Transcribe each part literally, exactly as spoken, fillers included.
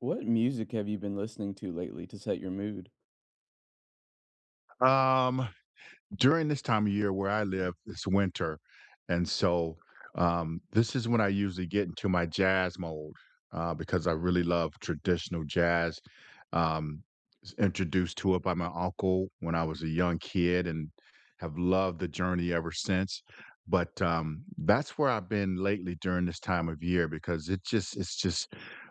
What music have you been listening to lately to set your mood? Um, During this time of year where I live, it's winter. And so um, this is when I usually get into my jazz mode uh, because I really love traditional jazz. Um, was introduced to it by my uncle when I was a young kid and have loved the journey ever since. But um, that's where I've been lately during this time of year because it just it's just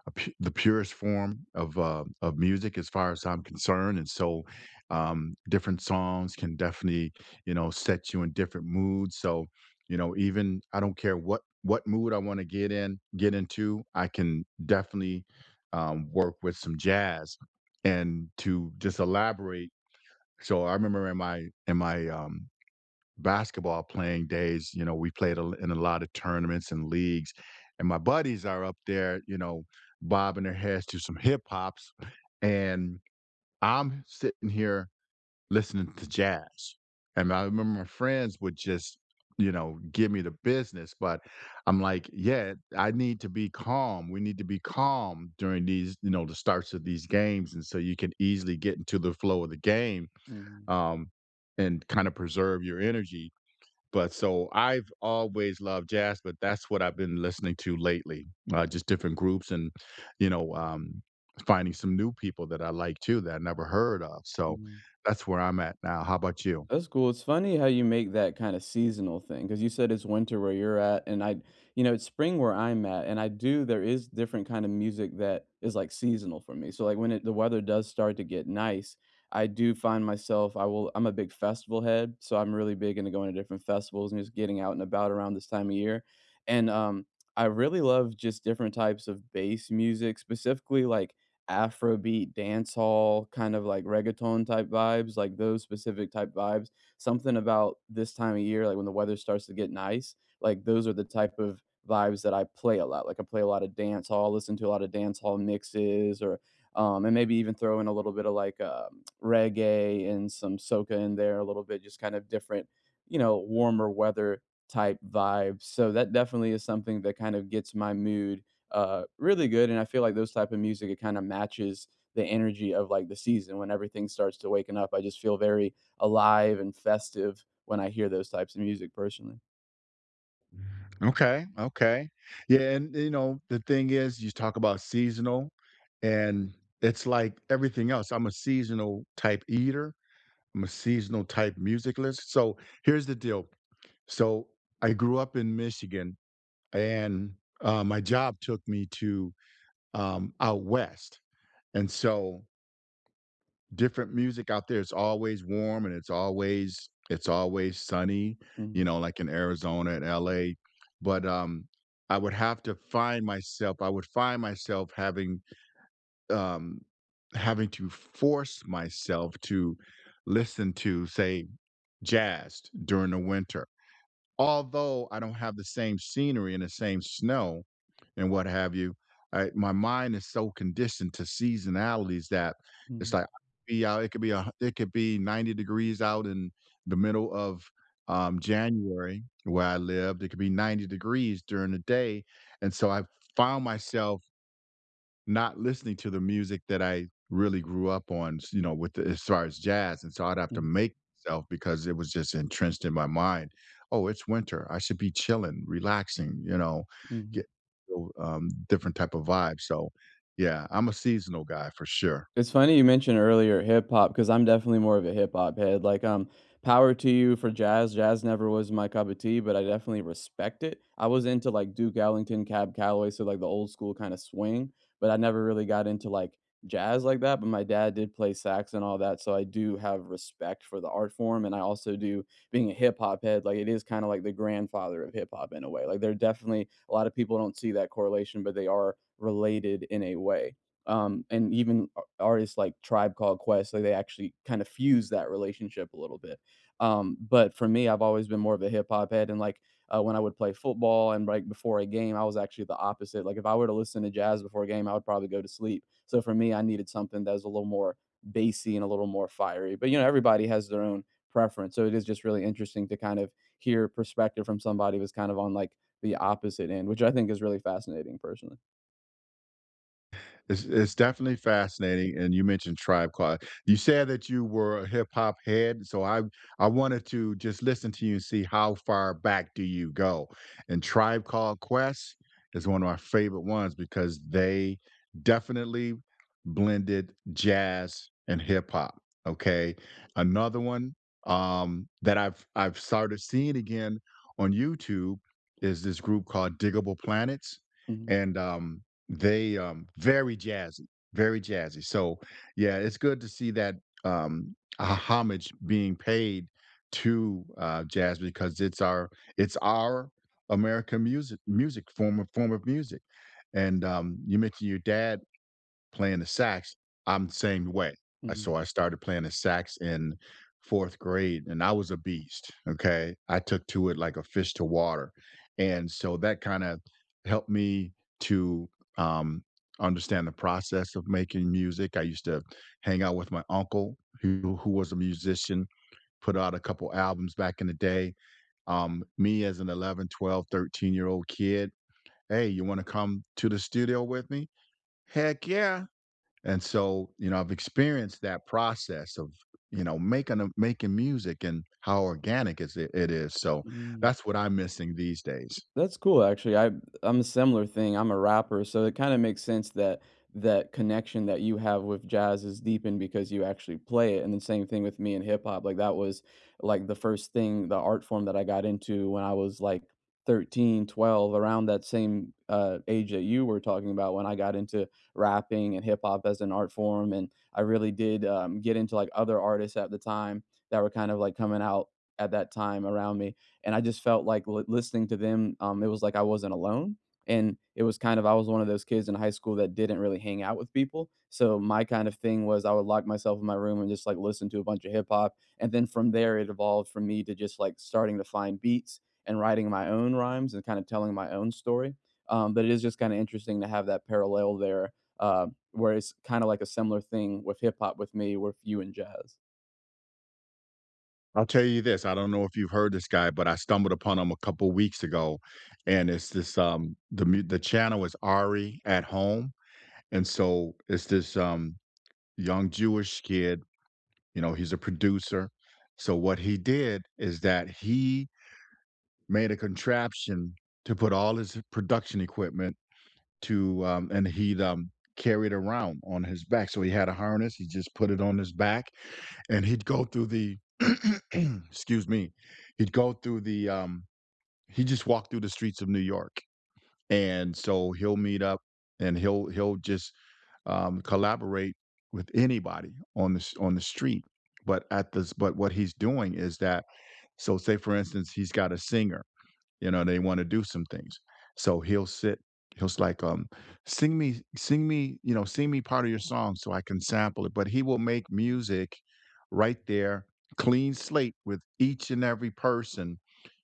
a pu- the purest form of uh, of music as far as I'm concerned, and so um, different songs can definitely, you know, sets you in different moods. So, you know, even I don't care what what mood I want to get in, get into, I can definitely um, work with some jazz and to just elaborate. So I remember in my in my um, basketball playing days, you know, we played a, in a lot of tournaments and leagues, and my buddies are up there, you know, bobbing their heads to some hip hops, and I'm sitting here listening to jazz. And I remember my friends would just, you know, give me the business, but I'm like, yeah, I need to be calm. We need to be calm during these, you know, the starts of these games. And so you can easily get into the flow of the game Mhm, um, and kind of preserve your energy. But so I've always loved jazz, but that's what I've been listening to lately, uh, just different groups and, you know, um, finding some new people that I like too that I never heard of. So mhm. that's where I'm at now. How about you? That's cool. It's funny how you make that kinda seasonal thing because you said it's winter where you're at, and I you know, it's spring where I'm at, and I do there is different kind of music that is, like, seasonal for me. So, like, when it the weather does start to get nice, I do find myself I will I'm a big festival head, so I'm really big into going to different festivals and just getting out and about around this time of year, and, um, I really love just different types of bass music, specifically, like, Afrobeat, dancehall, kind of like reggaeton type vibes, like those specific type vibes. Something about this time of year, like when the weather starts to get nice, like those are the type of vibes that I play a lot. Like I play a lot of dance hall, listen to a lot of dance hall mixes, or um, and maybe even throw in a little bit of like um, reggae and some soca in there, a little bit, just kind of different, you know, warmer weather type vibes. So that definitely is something that kind of gets my mood uh, really good. And I feel like those type of music, it kind of matches the energy of like the season when everything starts to waken up. I just feel very alive and festive when I hear those types of music personally. Okay, okay. Yeah, and you know, the thing is you talk about seasonal and it's like everything else. I'm a seasonal type eater. I'm a seasonal type music list. So here's the deal. So I grew up in Michigan and uh, my job took me to um, out west, and so different music out there, it's always warm and it's always it's always sunny, Mhm, you know, like in Arizona and LA. But um I would have to find myself, I would find myself having um having to force myself to listen to, say, jazz during the winter, although I don't have the same scenery and the same snow and what have you. I, my mind is so conditioned to seasonalities that it's mhm, like be out. It could be a it could be ninety degrees out in the middle of um, January where I lived. It could be ninety degrees during the day, and so I found myself not listening to the music that I really grew up on, s you know, with the as far as jazz, and so I'd have to mhm, make myself because it was just entrenched in my mind. "Oh, it's winter. I should be chilling, relaxing," you know, mhm. get, um, different type of vibe, so, yeah, I'm a seasonal guy for sure. It's funny you mentioned earlier hip hop because I'm definitely more of a hip hop head. Like, um, power to you for jazz. Jazz never was my cup of tea, but I definitely respect it. I was into like Duke Ellington, Cab Calloway, so like the old school kind of swing, but I never really got into like jazz like that. But my dad did play sax and all that, so I do have respect for the art form, and I also do being a hip hop head. Like, it is kind of like the grandfather of hip hop in a way. Like, there are definitely a lot of people don't see that correlation, but they are related in a way um, and even artists like Tribe Called Quest, like, they actually kind of fuse that relationship a little bit. Um, but for me, I've always been more of a hip hop head, and, like, uh, when I would play football and, like, before a game, I was actually the opposite. Like, if I were to listen to jazz before a game, I would probably go to sleep. So for me, I needed something that was a little more bassy and a little more fiery. But, you know, everybody has their own preference, so it is just really interesting to kind of hear perspective from somebody who's kind of on, like, the opposite end, which I think is really fascinating personally. It's it's definitely fascinating, and you mentioned Tribe Called. You said that you were a hip hop head, so I I wanted to just listen to you and see how far back do you go. And Tribe Called Quest is one of my favorite ones because they definitely blended jazz and hip hop. Okay, another one um, that I've I've started seeing again on YouTube is this group called Diggable Planets, Mhm, and um, they, um very jazzy, very jazzy. So, yeah, it's good to see that, um, ho homage being paid to, uh, jazz because it's our it's our American music music form of form of music. And, um, you mentioned your dad playing the sax, I'm the same way. I mhm, So I started playing the sax in fourth grade and I was a beast, okay? I took to it like a fish to water. And so that kinda helped me to, um, understand the process of making music. I used to hang out with my uncle who who was a musician, put out a couple albums back in the day. Um, me as an eleven, twelve, thirteen year old kid, "Hey, you wanna come to the studio with me?" "Heck yeah." And so, you know, I've experienced that process of, you know, making a making music and how organic is it, it is. So mm. that's what I'm missing these days. That's cool, actually. I I'm a similar thing. I'm a rapper, so it kind of makes sense that that connection that you have with jazz is deepened because you actually play it. And the same thing with me and hip hop. Like that was like the first thing, the art form that I got into when I was like thirteen, twelve, around that same uh, age that you were talking about when I got into rapping and hip hop as an art form. And I really did um, get into like other artists at the time that were kind of like coming out at that time around me and I just felt like li listening to them, um, it was like I wasn't alone, and it was kind of I was one of those kids in high school that didn't really hang out with people, so my kind of thing was I would lock myself in my room and just, like, listen to a bunch of hip hop, and then from there, it evolved from me to just, like, starting to find beats and writing my own rhymes and kinda telling my own story, um, but it is just kinda interesting to have that parallel there, uh, where it's kinda like a similar thing with hip hop with me with you and jazz. I'll tell you this. I don't know if you've heard this guy, but I stumbled upon him a couple weeks ago, and it's this um the mu- the channel is Ari at home, and so it's this um young Jewish kid. You know, he's a producer. So what he did is that he made a contraption to put all his production equipment to um and he'd um carry it around on his back. So he had a harness, he just put it on his back and he'd go through the excuse me. He'd go through the um he just walked through the streets of New York. And so he'll meet up and he'll he'll just um collaborate with anybody on the s- on the street. But at this, but what he's doing is that, so say for instance he's got a singer, you know, they want to do some things. So he'll sit, he'll s- like, um, sing me, sing me, you know, sing me part of your song so I can sample it. But he will make music right there, clean slate with each and every person.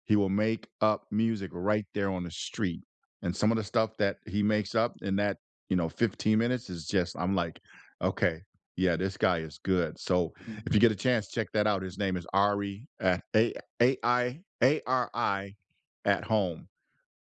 He will make up music right there on the street. And some of the stuff that he makes up in that, you know, fifteen minutes is just, I'm like, okay, yeah, this guy is good. So Mhm. if you get a chance, check that out. His name is Ari at A A I A R I at home,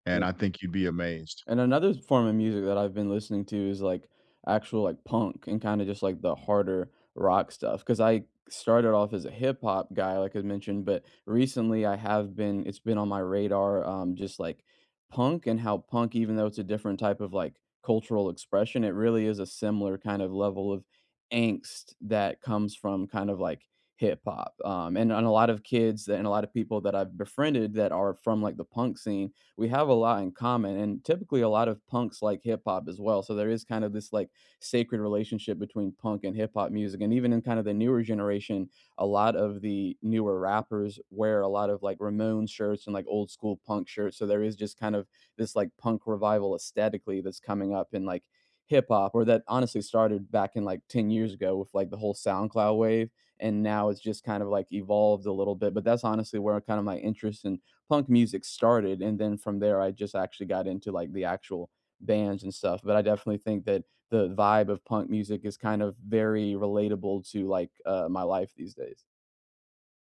and That's I cool. think you'd be amazed. And another form of music that I've been listening to is like actual like punk and kind of just like the harder rock stuff because I started off as a hip hop guy, like I mentioned, but recently I have been, it's been on my radar, um, just like punk and how punk, even though it's a different type of like cultural expression, it really is a similar kind of level of angst that comes from kind of like hip hop. Um, and, and a lot of kids and a lot of people that I've befriended that are from like the punk scene we have a lot in common and typically a lot of punks like hip hop as well. So there is kind of this like sacred relationship between punk and hip hop music. And even in kind of the newer generation, a lot of the newer rappers wear a lot of like Ramones shirts and like old school punk shirts. So there is just kind of this like punk revival aesthetically that's coming up in like hip hop or that honestly started back in like ten years ago with like the whole SoundCloud wave and now it's just kind of like evolved a little bit but that's honestly where kind of my interest in punk music started, and then from there, I just actually got into, like, the actual bands and stuff, but I definitely think that the vibe of punk music is kind of very relatable to, like, uh, my life these days.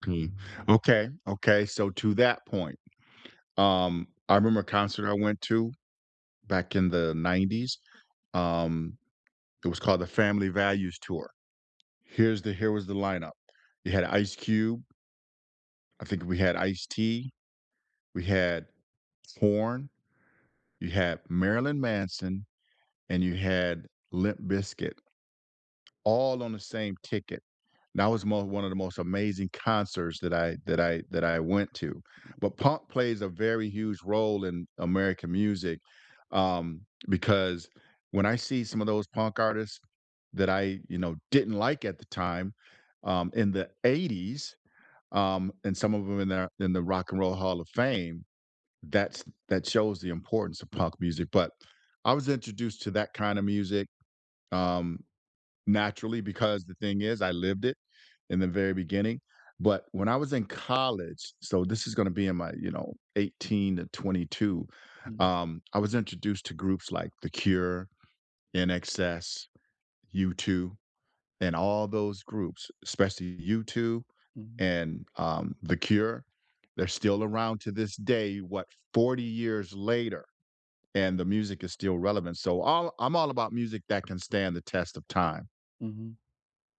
Mm. Okay, okay, so to that point, um, I remember a concert I went to back in the nineties, um, it was called the Family Values Tour. Here's the here was the lineup. You had Ice Cube, I think we had Ice-T, we had Horn, you had Marilyn Manson, and you had Limp Bizkit all on the same ticket. That was mo one of the most amazing concerts that I that I that I went to. But punk plays a very huge role in American music, um, because when I see some of those punk artists that I, you know, didn't like at the time, um, in the eighties, um, and some of them in the in the Rock and Roll Hall of Fame, that's that shows the importance of punk music. But I was introduced to that kind of music, um, naturally, because the thing is, I lived it in the very beginning. But when I was in college, so this is gonna be in my, you know, eighteen to twenty-two, Mm, um, I was introduced to groups like The Cure, N X S, U two, and all those groups, especially U two mhm, and um, The Cure. They're still around to this day, what, forty years later, and the music is still relevant. So all I'm all about music that can stand the test of time. mhm.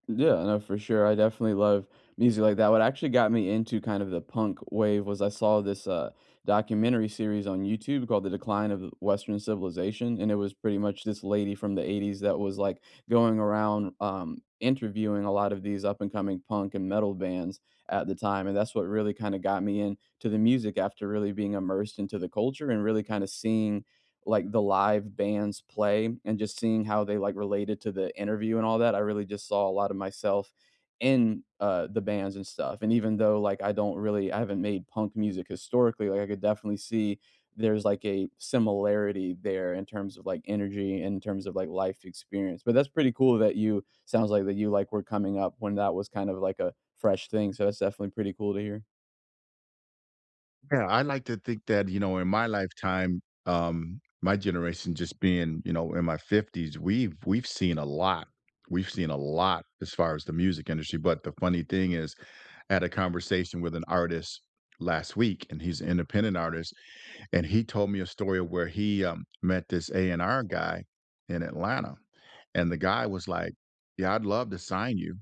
Yeah, no, for sure. I definitely love music like that. What actually got me into kind of the punk wave was I saw this uh, documentary series on YouTube called The Decline of Western Civilization. And it was pretty much this lady from the eighties that was like going around um, interviewing a lot of these up and coming punk and metal bands at the time. And that's what really kind of got me into the music after really being immersed into the culture and really kind of seeing like the live bands play and just seeing how they like related to the interview and all that, I really just saw a lot of myself in uh, the bands and stuff. And even though like I don't really, I haven't made punk music historically, like I could definitely see there's like a similarity there in terms of like energy and in terms of like life experience. But that's pretty cool that you sounds like that you like were coming up when that was kind of like a fresh thing. So that's definitely pretty cool to hear. Yeah, I like to think that, you know, in my lifetime, um, my generation just being, you know, in my fifties, we've we've seen a lot. We've seen a lot as far as the music industry, but the funny thing is, I had a conversation with an artist last week and he's an independent artist and he told me a story of where he um, met this A and R guy in Atlanta and the guy was like, "Yeah, I'd love to sign you.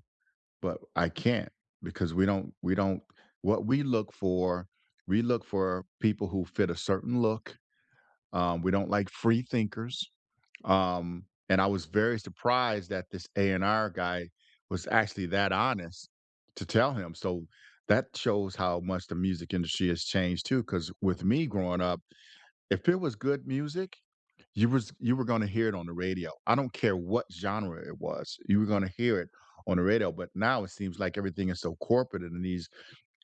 But I can't because we don't we don't what we look for, we look for people who fit a certain look. Um, we don't like free thinkers." Um, and I was very surprised that this A and R guy was actually that honest to tell him. So that shows how much the music industry has changed too. Cause with me growing up, if it was good music, you was you were gonna hear it on the radio. I don't care what genre it was. You were gonna hear it on the radio. But now it seems like everything is so corporate, and these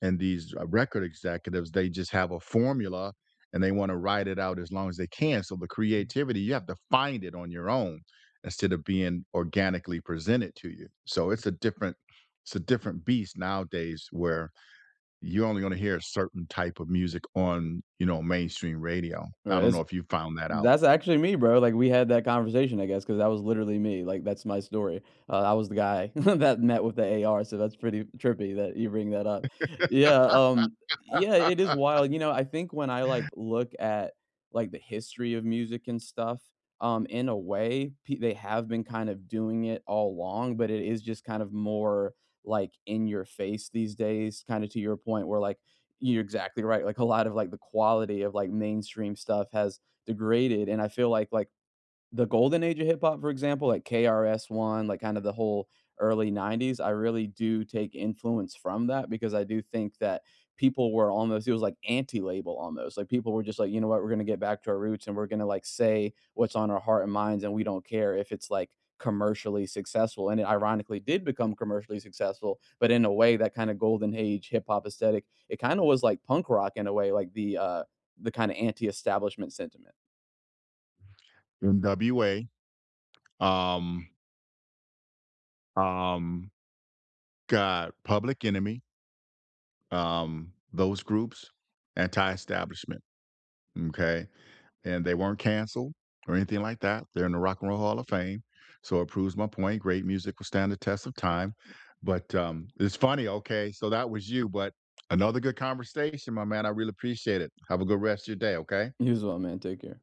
and these uh, record executives, they just have a formula, and they want to ride it out as long as they can. So the creativity, you have to find it on your own instead of being organically presented to you. So it's a different it's a different beast nowadays where you're only going to hear a certain type of music on, you know, mainstream radio. I don't Right. know if you found that out. That's actually me, bro. Like, we had that conversation, I guess, because that was literally me. Like, that's my story. Uh, I was the guy that met with the A R, so that's pretty trippy that you bring that up. Yeah, um, yeah, it is wild. You know, I think when I, like, look at, like, the history of music and stuff, um, in a way, p they have been kind of doing it all along, but it is just kind of more, like, in your face these days, kinda to your point where, like you're exactly right. Like, a lot of, like, the quality of, like, mainstream stuff has degraded, and I feel like like the golden age of hip hop, for example, like K R S-One, like kind of the whole early nineties, I really do take influence from that because I do think that people were almost it was like anti-label almost. Like people were just like, "You know what? We're gonna get back to our roots and we're gonna like say what's on our heart and minds, and we don't care if it's like commercially successful." And it ironically did become commercially successful, but in a way that kind of golden age hip hop aesthetic, it kind of was like punk rock in a way, like the uh the kind of anti-establishment sentiment. N W A, Um, um, got Public Enemy, um, those groups, anti-establishment. Okay, and they weren't canceled or anything like that. They're in the Rock and Roll Hall of Fame, so it proves my point. Great music will stand the test of time. But um, it's funny. Okay, so that was you, but another good conversation, my man. I really appreciate it. Have a good rest of your day. Okay. You as well, man. Take care.